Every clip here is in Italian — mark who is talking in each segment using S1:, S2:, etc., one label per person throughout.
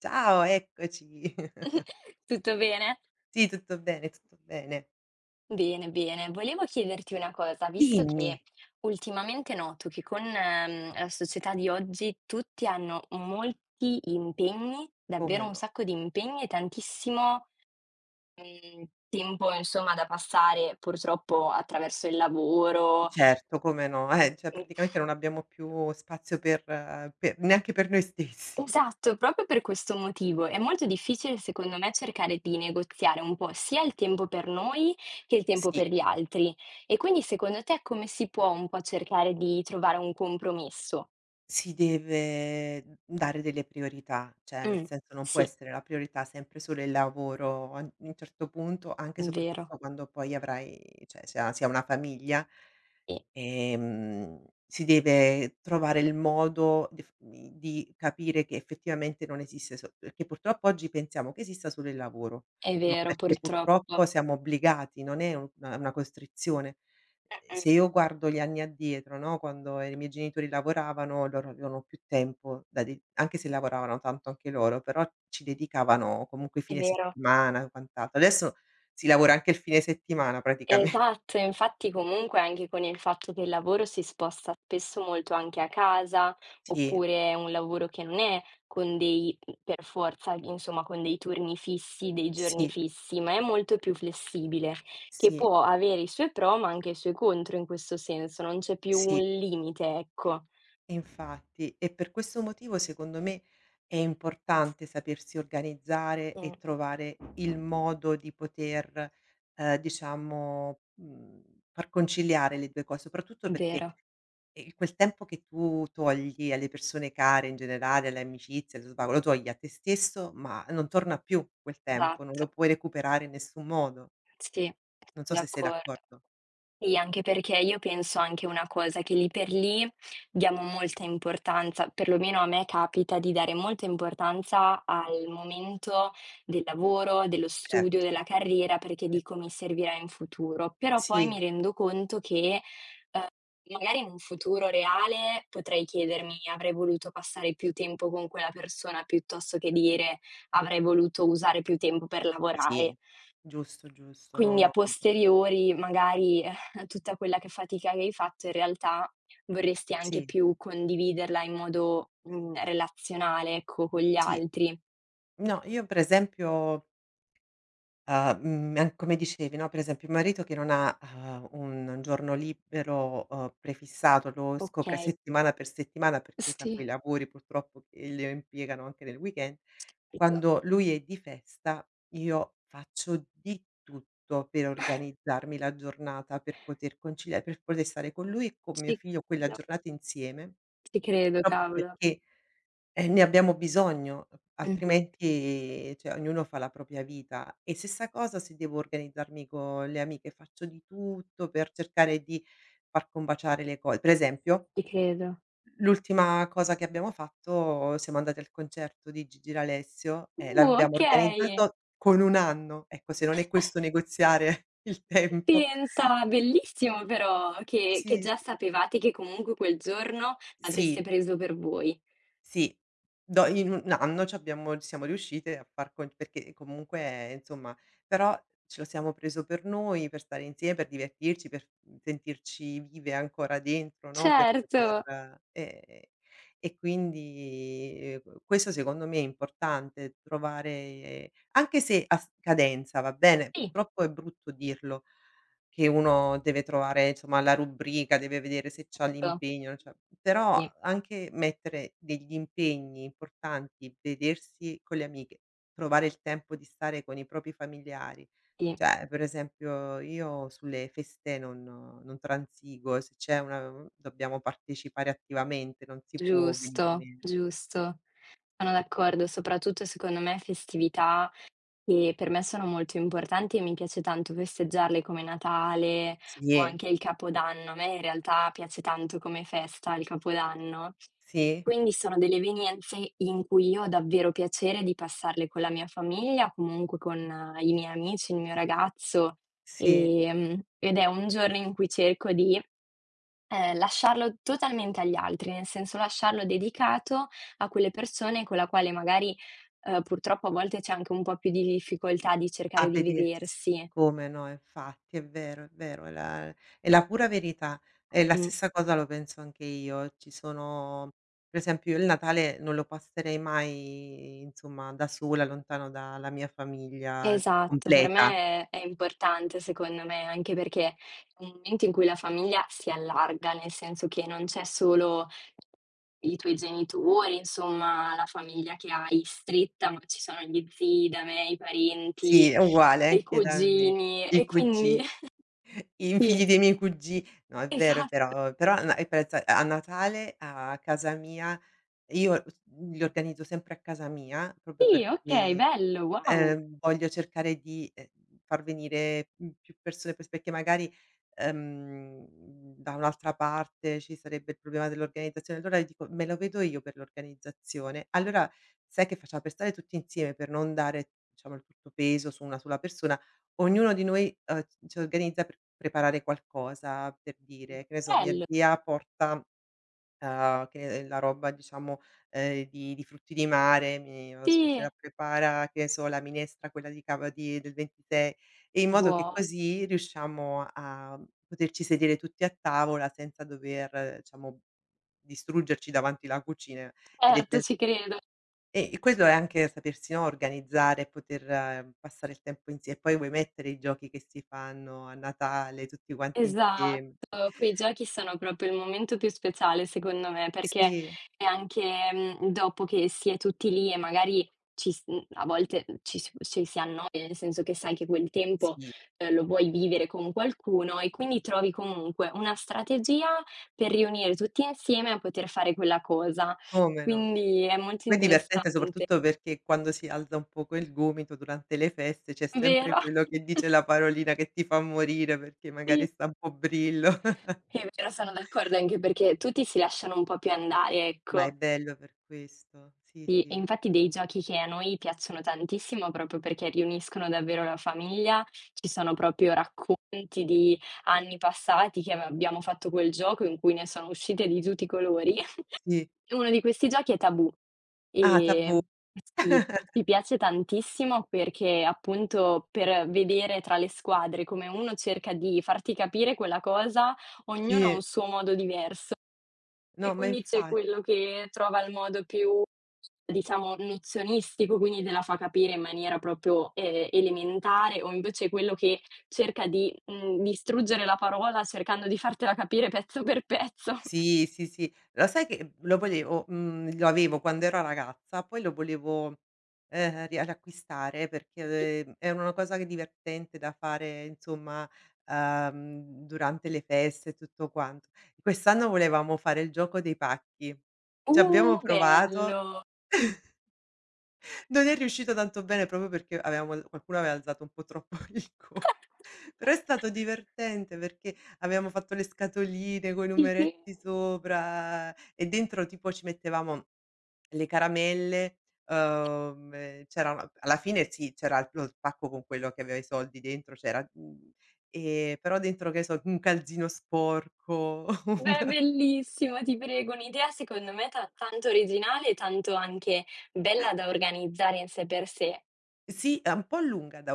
S1: Ciao, eccoci.
S2: Tutto bene?
S1: Sì, tutto bene, tutto bene.
S2: Bene, bene. Volevo chiederti una cosa, visto
S1: Dimmi.
S2: che ultimamente noto che con la società di oggi tutti hanno molti impegni,
S1: Come
S2: davvero un
S1: no.
S2: sacco di impegni e tantissimo tempo insomma da passare purtroppo attraverso il lavoro.
S1: Certo, come no, cioè
S2: Mhmm
S1: praticamente non abbiamo più spazio per neanche per noi stessi.
S2: Esatto, proprio per questo motivo è molto difficile secondo me cercare di negoziare un po' sia il tempo per noi che il tempo per
S1: Sì,
S2: gli altri. E quindi secondo te come si può un po' cercare di trovare un compromesso?
S1: si deve dare delle priorità, cioè nel
S2: Mh,
S1: senso non può
S2: sì,
S1: essere la priorità sempre solo il lavoro, a un certo punto, anche e
S2: vero.
S1: soprattutto quando poi avrai cioè, si ha una famiglia.
S2: Sì,
S1: Si deve trovare il modo di di capire che effettivamente non esiste so perché purtroppo oggi pensiamo che esista solo il lavoro,
S2: è
S1: ma
S2: vero
S1: perché purtroppo
S2: purtroppo.
S1: siamo obbligati, non è un una costrizione.
S2: Mh-mh,
S1: Se io guardo gli anni addietro, no, quando i miei genitori lavoravano, loro avevano più tempo da de anche se lavoravano tanto anche loro, però ci dedicavano comunque
S2: è
S1: fine
S2: vero.
S1: settimana, e quant'altro. Adesso si lavora anche il fine settimana praticamen
S2: Esatto, infatti comunque anche con il fatto che il lavoro si sposta spesso molto anche a casa,
S1: sì,
S2: oppure è un lavoro che non è con dei per forza, insomma, con dei turni fissi, dei giorni
S1: sì,
S2: fissi, ma è molto più flessibile, che
S1: sì.
S2: può avere i suoi pro, ma anche i suoi contro in questo senso, non c'è più un
S1: Sì,
S2: limite, ecco.
S1: infatti. E per questo motivo, secondo me, è importante sapersi organizzare
S2: Mh,
S1: e trovare il modo di poter, diciamo, far conciliare le 2 cose, soprattutto
S2: è
S1: perché,
S2: vero,
S1: quel tempo che tu togli alle persone care in generale, alle amicizie, allo svago, lo togli a te stesso, ma non torna più quel tempo, non
S2: esatto.
S1: lo puoi recuperare in nessun modo.
S2: Sì,
S1: Non so se sei
S2: d'accordo.
S1: d'accordo.
S2: Sì, anche perché io penso anche una cosa, che lì per lì diamo molta importanza, perlomeno a me capita di dare molta importanza al momento del lavoro, dello studio,
S1: Certo.
S2: della carriera, perché
S1: Eh,
S2: dico mi servirà in futuro, però poi mi
S1: sì,
S2: rendo conto che magari in un futuro reale potrei chiedermi: avrei voluto passare più tempo con quella persona piuttosto che dire: avrei voluto usare più tempo per
S1: sì.
S2: lavorare.
S1: Giusto, giusto. No,
S2: Quindi a
S1: no, no.
S2: posteriori magari tutta quella che fatica che hai fatto in realtà vorresti anche
S1: Sì,
S2: più condividerla in modo relazionale, ecco, con gli
S1: sì.
S2: altri.
S1: No, io per esempio, mhmm, an come dicevi, no, per esempio mio marito che non ha, un giorno libero, prefissato, lo scopre
S2: Okay.
S1: settimana per settimana perché fa
S2: Sì.
S1: quei lavori purtroppo che lo impiegano anche nel weekend,
S2: Capito.
S1: quando lui è di festa io faccio di tutto per organizzarmi la giornata, per poter concilia per poter stare con lui e con mio
S2: Ci
S1: figlio quella
S2: credo,
S1: giornata insieme,
S2: ci credo,
S1: proprio
S2: cavolo.
S1: perché eh, ne abbiamo bisogno,
S2: Mh-mh.
S1: altrimenti cioè ognuno fa la propria vita. E stessa cosa se devo organizzarmi con le amiche, faccio di tutto per cercare di far combaciare le cose. Per esempio,
S2: Ci credo.
S1: l'ultima cosa che abbiamo fatto, siamo andati al concerto di Gigi D'Alessio e l'abbiamo
S2: Okay.
S1: organizzato con 1 anno. Ecco, se non è questo negoziare il tempo.
S2: Pensa, bellissimo però che
S1: Sì,
S2: già
S1: sì.
S2: sapevate che comunque quel giorno l'avreste
S1: Sì.
S2: preso per voi.
S1: Sì, do in 1 anno c'abbiamo siamo riuscite a far con perché comunque insomma però ce lo siamo preso per noi, per stare insieme, per divertirci, per sentirci vive ancora dentro, no, per
S2: Certo.
S1: poter e quindi, questo secondo me è importante, trovare anche se a scadenza, va bene?
S2: Sì,
S1: Purtroppo è brutto dirlo. Che uno deve trovare insomma la rubrica, deve vedere se c'ha l'impegno, cioè però
S2: sì,
S1: anche mettere degli impegni importanti, vedersi con le amiche, trovare il tempo di stare con i propri familiari.
S2: sì.
S1: Cioè, per esempio io sulle feste non transigo, se c'è una mhmm, dobbiamo partecipare attivamente, non si può venir
S2: Giusto,
S1: meno.
S2: giusto. Sono d'accordo, soprattutto secondo me festività che per me sono molto importanti e mi piace tanto festeggiarle come Natale o
S1: Sì,
S2: anche il Capodanno. A me in realtà piace tanto come festa il Capodanno.
S1: sì,
S2: Quindi sono delle evenienze in cui io ho davvero piacere di passarle con la mia famiglia, comunque con i miei amici, il mio ragazzo,
S1: sì.
S2: ed è un giorno in cui cerco di lasciarlo totalmente agli altri, nel senso lasciarlo dedicato a quelle persone con la quale magari purtroppo a volte c'è anche un po' più di difficoltà di cercare
S1: A
S2: di
S1: vedersi.
S2: vedersi.
S1: Come no, infatti, è vero, è vero, è la pura verità. E la
S2: Mh,
S1: stessa cosa lo penso anche io. Ci sono per esempio io il Natale non lo passerei mai, insomma, da sola, lontano dalla mia famiglia
S2: esatto, per
S1: completa.
S2: me è importante secondo me, anche perché è un momento in cui la famiglia si allarga, nel senso che non c'è solo i tuoi genitori, insomma la famiglia che hai stretta, ma ci sono gli zii da me, i
S1: Sì,
S2: parenti,
S1: è uguale
S2: i
S1: anche da me.
S2: cugini e
S1: I
S2: quindi
S1: cugi i
S2: sì.
S1: figli dei miei cugi no,
S2: Esa
S1: è vero, però a na e pensa a Natale a casa mia io mm, li organizzo sempre a casa mia proprio
S2: sì, okay,
S1: perché
S2: bello, wow,
S1: Voglio cercare di, far venire, più persone pers perché magari, ehm, da un'altra parte ci sarebbe il problema dell'organizzazione. Allora io dico: "Me lo vedo io per l'organizzazione". Allora sai che facciamo? Per stare tutti insieme, per non dare, diciamo, il tutto peso su una sola persona, ognuno di noi, ci organizza per preparare qualcosa, per dire, che ne so, mia
S2: bello,
S1: zia porta che è la roba diciamo, di frutti di mare, mia
S2: sì,
S1: suocera prepara, che ne so, la minestra quella di cava di del 26, e in modo che
S2: buo
S1: così riusciamo a poterci sedere tutti a tavola senza dover, diciamo, distruggerci davanti la cucina ed è
S2: certo,
S1: de
S2: ci credo.
S1: e quello è anche sapersi, no, organizzare e poter passare il tempo insie e poi vuoi mettere i giochi che si fanno a Natale tutti quanti
S2: Esatto,
S1: insieme.
S2: quei giochi sono proprio il momento più speciale secondo me, perché
S1: Sì,
S2: è anche dopo che si è tutti lì e magari a volte ci si annoia, nel senso che sai che quel tempo,
S1: sì,
S2: lo vuoi vivere con qualcuno e quindi trovi comunque una strategia per riunire tutti insieme a poter fare quella cosa.
S1: come no.
S2: Quindi è molto
S1: Poi è divertente
S2: interessante.
S1: soprattutto perché quando si alza un poco il gomito durante le feste c'è sempre
S2: Vero,
S1: quello che dice la parolina che ti fa morire perché magari
S2: sì.
S1: sta un po' brillo.
S2: È vero, sono d'accordo anche perché tutti si lasciano un po' più andare,
S1: Ma è
S2: ecco.
S1: bello per questo. Sì,
S2: Sì, e
S1: sì.
S2: infatti dei giochi che a noi piacciono tantissimo proprio perché riuniscono davvero la famiglia, ci sono proprio racconti di anni passati che ave abbiamo fatto quel gioco in cui ne sono uscite di tutti i colori.
S1: Sì.
S2: Uno di questi giochi è Tabù,
S1: Ah, tabù.
S2: ehm, sì, mi piace tantissimo perché appunto per vedere tra le squadre come uno cerca di farti capire quella cosa, ognuno ha
S1: Sì.
S2: un suo modo diverso e
S1: No, ma
S2: quindi c'è
S1: infa
S2: quello che trova il modo più, diciamo, nozionistico, quindi te la fa capire in maniera proprio, elementare o invece quello che cerca di distruggere la parola cercando di fartela capire pezzo per pezzo.
S1: sì, sì, sì. Lo sai che lo volevo lo avevo quando ero ragazza, poi lo volevo, ria riacquistare perché, era una cosa che divertente da fare insomma, durante le feste e tutto quanto. Quest'anno volevamo fare il gioco dei pacchi.
S2: I
S1: Ci abbiamo provato,
S2: Bello!
S1: non è riuscito tanto bene proprio perché avevamo qualcuno aveva alzato un po' troppo il co però è stato divertente perché avevamo fatto le scatoline coi
S2: Di che?
S1: numeretti sopra e dentro tipo ci mettevamo le caramelle, c'erano alla fine sì, c'era il- lo spacco con quello che aveva i soldi dentro, c'era, però dentro che ne so, un calzino sporco.
S2: Beh, bellissimo, ti prego, un'idea secondo me ta tanto originale e tanto anche bella da organizzare in sé per sé.
S1: Sì, è un po' lunga da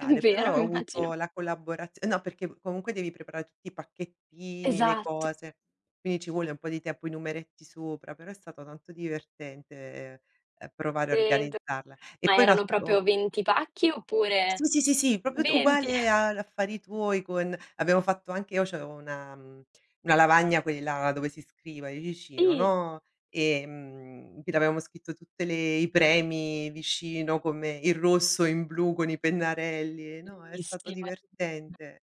S2: Vero,
S1: però ho
S2: immagino.
S1: avuto la collaborazio no, perché comunque devi preparare tutti i pacchettini, le
S2: Esatto,
S1: cose, quindi ci vuole un po' di tempo, i numeretti sopra, però è stato tanto divertente, provare a
S2: credo.
S1: organizzarla. E
S2: Ma
S1: poi un
S2: erano proprio
S1: altro
S2: 20 pacchi oppure
S1: sì, sì, sì, sì, proprio t
S2: 20?
S1: uguale ad Affari tuoi con abbiamo fatto anche io c'avevo una una lavagna quella dove si scrive di vicino,
S2: Sì,
S1: no, in cui l'avevamo scritto tutte le i premi vicino come in rosso, in blu con i pennarelli, no, è stato
S2: bellissimo.
S1: divertente.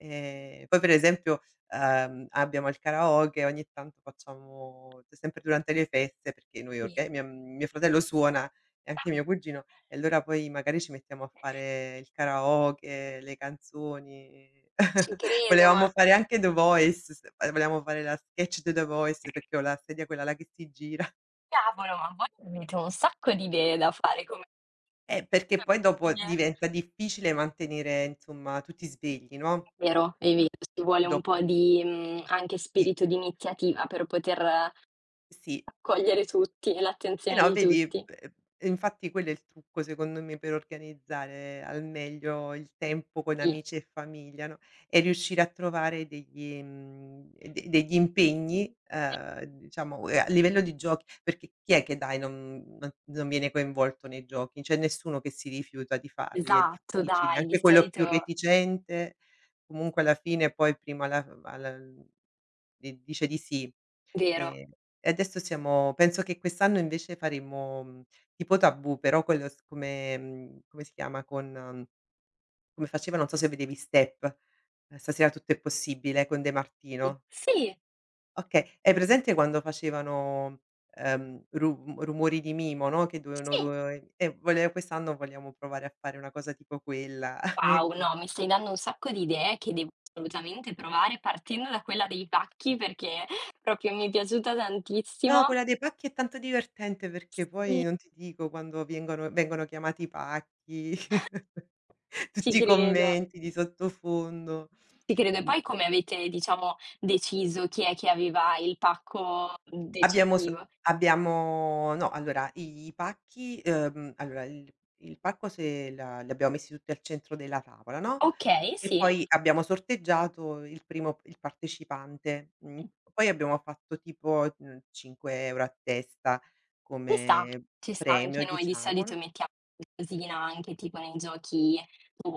S1: Poi per esempio, abbiamo il karaoke, ogni tanto facciamo cioè, sempre durante le feste, perché noi
S2: Sì.
S1: orga mia mio fratello suona e anche mio cugino, e allora poi magari ci mettiamo a fare il karaoke, le canzoni.
S2: Ci credo, ma
S1: Volevamo fare anche The Voice, s volevamo fare la sketch di The Voice, perché ho la sedia quella là che si gira.
S2: cavolo, ma voi avete un sacco di idee da fare come
S1: Perché poi dopo
S2: famiglie.
S1: diventa difficile mantenere, insomma, tutti svegli, no,
S2: Vero, è vero, ci vuole un
S1: dopo
S2: po' di anche
S1: sì,
S2: spirito di iniziativa per poter
S1: sì.
S2: accogliere tutti e
S1: Eh
S2: l'attenzione
S1: no,
S2: di
S1: vedi,
S2: tutti.
S1: infatti quello è il trucco secondo me per organizzare al meglio il tempo con
S2: Sì.
S1: amici e famiglia, no, è riuscire a trovare degli mhmm, de degli impegni, diciamo, a livello di giochi perché chi è che dai non viene coinvolto nei giochi? C'è nessuno che si rifiuta di farli, è
S2: Esatto,
S1: difficile,
S2: dai, di
S1: anche quello più
S2: solito
S1: reticente comunque alla fine poi prima alla mhmm, di dice di sì.
S2: vero.
S1: Ehm e adesso siamo penso che quest'anno invece faremo, tipo Tabù, però quello s come mhmm, come si chiama, con come faceva, non so se vedevi Step, "Stasera tutto è possibile" con De
S2: Sì,
S1: Martino.
S2: sì,
S1: Okay, hai presente quando facevano, Ru Rumori di Mimo, no, che dovevano ru
S2: sì.
S1: e vole quest'anno vogliamo provare a fare una cosa tipo quella.
S2: Wow, no, mi stai dando un sacco di idee che devo assolutamente provare, partendo da quella dei pacchi perché proprio mi è piaciuta
S1: No,
S2: tantissimo.
S1: quella dei pacchi è tanto divertente perché
S2: Sì,
S1: poi non ti dico quando vengono chiamati i pacchi.
S2: ci
S1: Tutti i
S2: credo,
S1: commenti di sottofondo.
S2: ci credo. E
S1: Mhmm,
S2: poi come avete, diciamo, deciso chi è che aveva il pacco
S1: abbiamo s
S2: decisivo?
S1: abbiamo no, allora i pacchi allora il pacco se la li abbiamo messi tutti al centro della tavola, no,
S2: Okay,
S1: e
S2: sì.
S1: poi abbiamo sorteggiato il primo il partecipante. Mhmm,
S2: Mh,
S1: poi abbiamo fatto tipo, 5 € a testa
S2: ci sta,
S1: come
S2: ci sta. Anche
S1: premio,
S2: noi di
S1: diciamo,
S2: solito
S1: no
S2: mettiamo qualcosina anche tipo nei giochi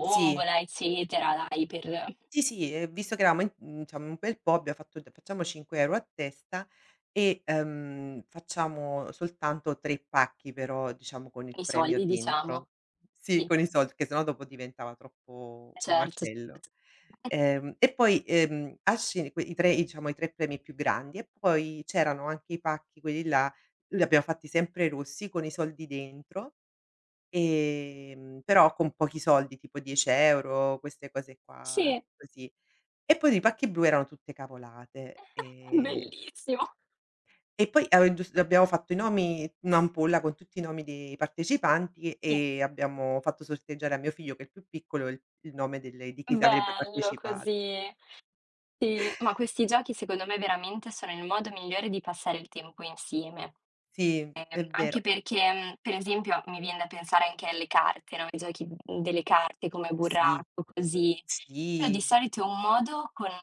S1: sì.
S2: eccetera, dai, per
S1: Sì, sì, visto che eravamo in mhmm, diciamo un bel po', abbiamo fatto d facciamo €5 a testa e, facciamo soltanto 3 pacchi però, diciamo con il
S2: i
S1: premio
S2: soldi
S1: dentro.
S2: diciamo.
S1: Sì,
S2: Sì,
S1: con i soldi, che sennò dopo diventava troppo un
S2: certo,
S1: macello.
S2: certo.
S1: E poi, a scegli que i 3 diciamo i 3 premi più grandi e poi c'erano anche i pacchi quelli là, li abbiamo fatti sempre rossi con i soldi dentro, però con pochi soldi, tipo €10, queste cose qua,
S2: Sì,
S1: così. E poi di pacchi blu erano tutte cavolate,
S2: bellissimo.
S1: e poi ave gius abbiamo fatto i nomi un'ampolla con tutti i nomi dei partecipanti
S2: Sì,
S1: e abbiamo fatto sorteggiare a mio figlio, che è il più piccolo, il nome delle di chi s avrebbe
S2: bello
S1: partecipato.
S2: così. Sì, ma questi giochi secondo me veramente sono il modo migliore di passare il tempo insieme.
S1: Sì, è
S2: Anche
S1: vero.
S2: perché per esempio mi vien da pensare anche alle carte, no, ai giochi delle carte come
S1: Sì,
S2: burraco, così. Però di
S1: sì,
S2: solito è un modo con un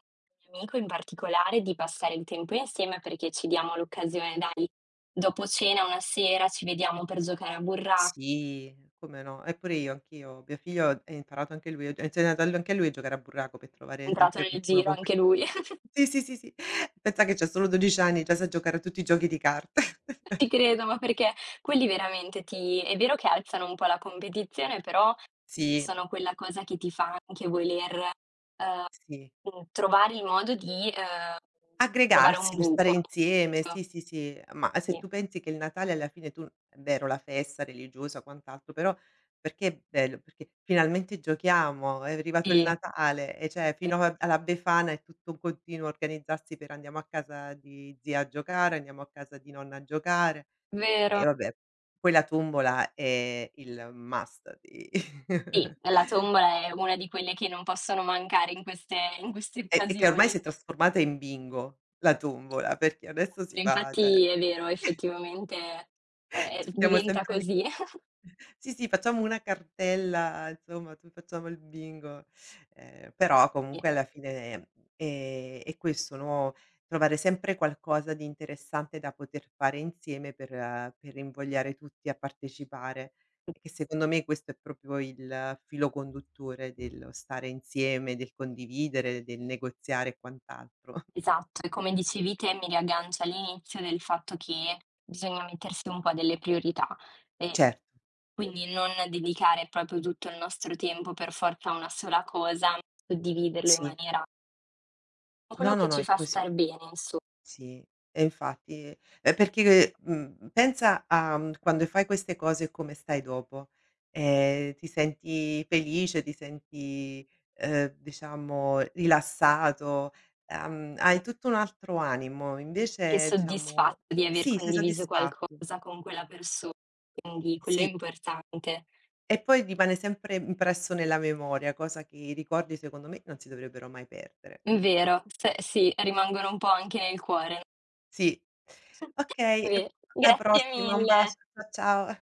S2: mio amico in particolare di passare il tempo insieme perché ci diamo l'occasione, dai, dopo cena una sera ci vediamo per giocare a burraco,
S1: sì, come no. E pure io, anch'io. Mio figlio ha imparato anche lui, ha insegnato al anche a lui a giocare a burraco per
S2: è
S1: trovare
S2: entrato
S1: sempre
S2: nel
S1: qualcuno
S2: giro
S1: con cui
S2: anche lui.
S1: sì, sì, sì, sì. Pensa che c'ha solo 12 anni, già sa giocare a tutti i giochi di carte.
S2: Ci credo, ma perché quelli veramente ti è vero che alzano un po' la competizione, però
S1: Sì,
S2: sono quella cosa che ti fa anche voler
S1: sì.
S2: Mhmm, trovare il modo di trovare un
S1: Aggregarsi per stare
S2: buco,
S1: insieme, sì,
S2: giusto?
S1: sì, sì, ma se
S2: Sì,
S1: tu pensi che il Natale alla fine tu è vero la festa religiosa, quant'altro, però perché è bello? Perché finalmente giochiamo, è arrivato il
S2: sì, è
S1: Natale e cioè fino a alla Befana è tutto un continuo organizzarsi per andiamo a casa di zia a giocare, andiamo a casa di nonna a giocare
S2: vero.
S1: e vabbè. Poi la tombola è il must di
S2: Sì, la tombola è una di quelle che non possono mancare in queste
S1: e che ormai si
S2: occasioni.
S1: è trasformata in bingo, la tombola, perché adesso si fa
S2: Infatti
S1: cioè
S2: è vero, effettivamente
S1: cerchiamo
S2: diventa
S1: sempre di
S2: così.
S1: sì, sì, facciamo una cartella, insomma, tu facciamo il bingo. Però
S2: Sì,
S1: comunque alla fine è questo, no, trovare sempre qualcosa di interessante da poter fare insieme per invogliare tutti a partecipare, che secondo me questo è proprio il filo conduttore dello stare insieme, del condividere, del negoziare e quant'altro.
S2: esatto. E come dicevi te, mi riaggancio all'inizio del fatto che bisogna mettersi un po' delle priorità. E
S1: Certo,
S2: quindi non dedicare proprio tutto il nostro tempo per forza a una sola cosa, suddividerlo in
S1: sì.
S2: maniera quello
S1: No,
S2: che
S1: no, no,
S2: ci
S1: è
S2: fa
S1: così.
S2: star bene inso
S1: Sì, e infatti perché, pensa a, quando fai queste cose come stai dopo. Ti senti felice, ti senti, diciamo rilassato, hai tutto un altro animo.
S2: anche
S1: Invece diciamo
S2: soddisfatto di aver
S1: sì, sei
S2: condiviso
S1: soddisfatto.
S2: qualcosa con quella persona, quindi quello è
S1: Sì,
S2: importante.
S1: e poi rimane sempre impresso nella memoria, cosa che i ricordi secondo me non si dovrebbero mai perdere.
S2: Vero, s sì, rimangono un po' anche nel cuore.
S1: Sì. Okay,
S2: Ve
S1: alla
S2: grazie
S1: prossima, un
S2: mille.
S1: bacio. Cia ciao.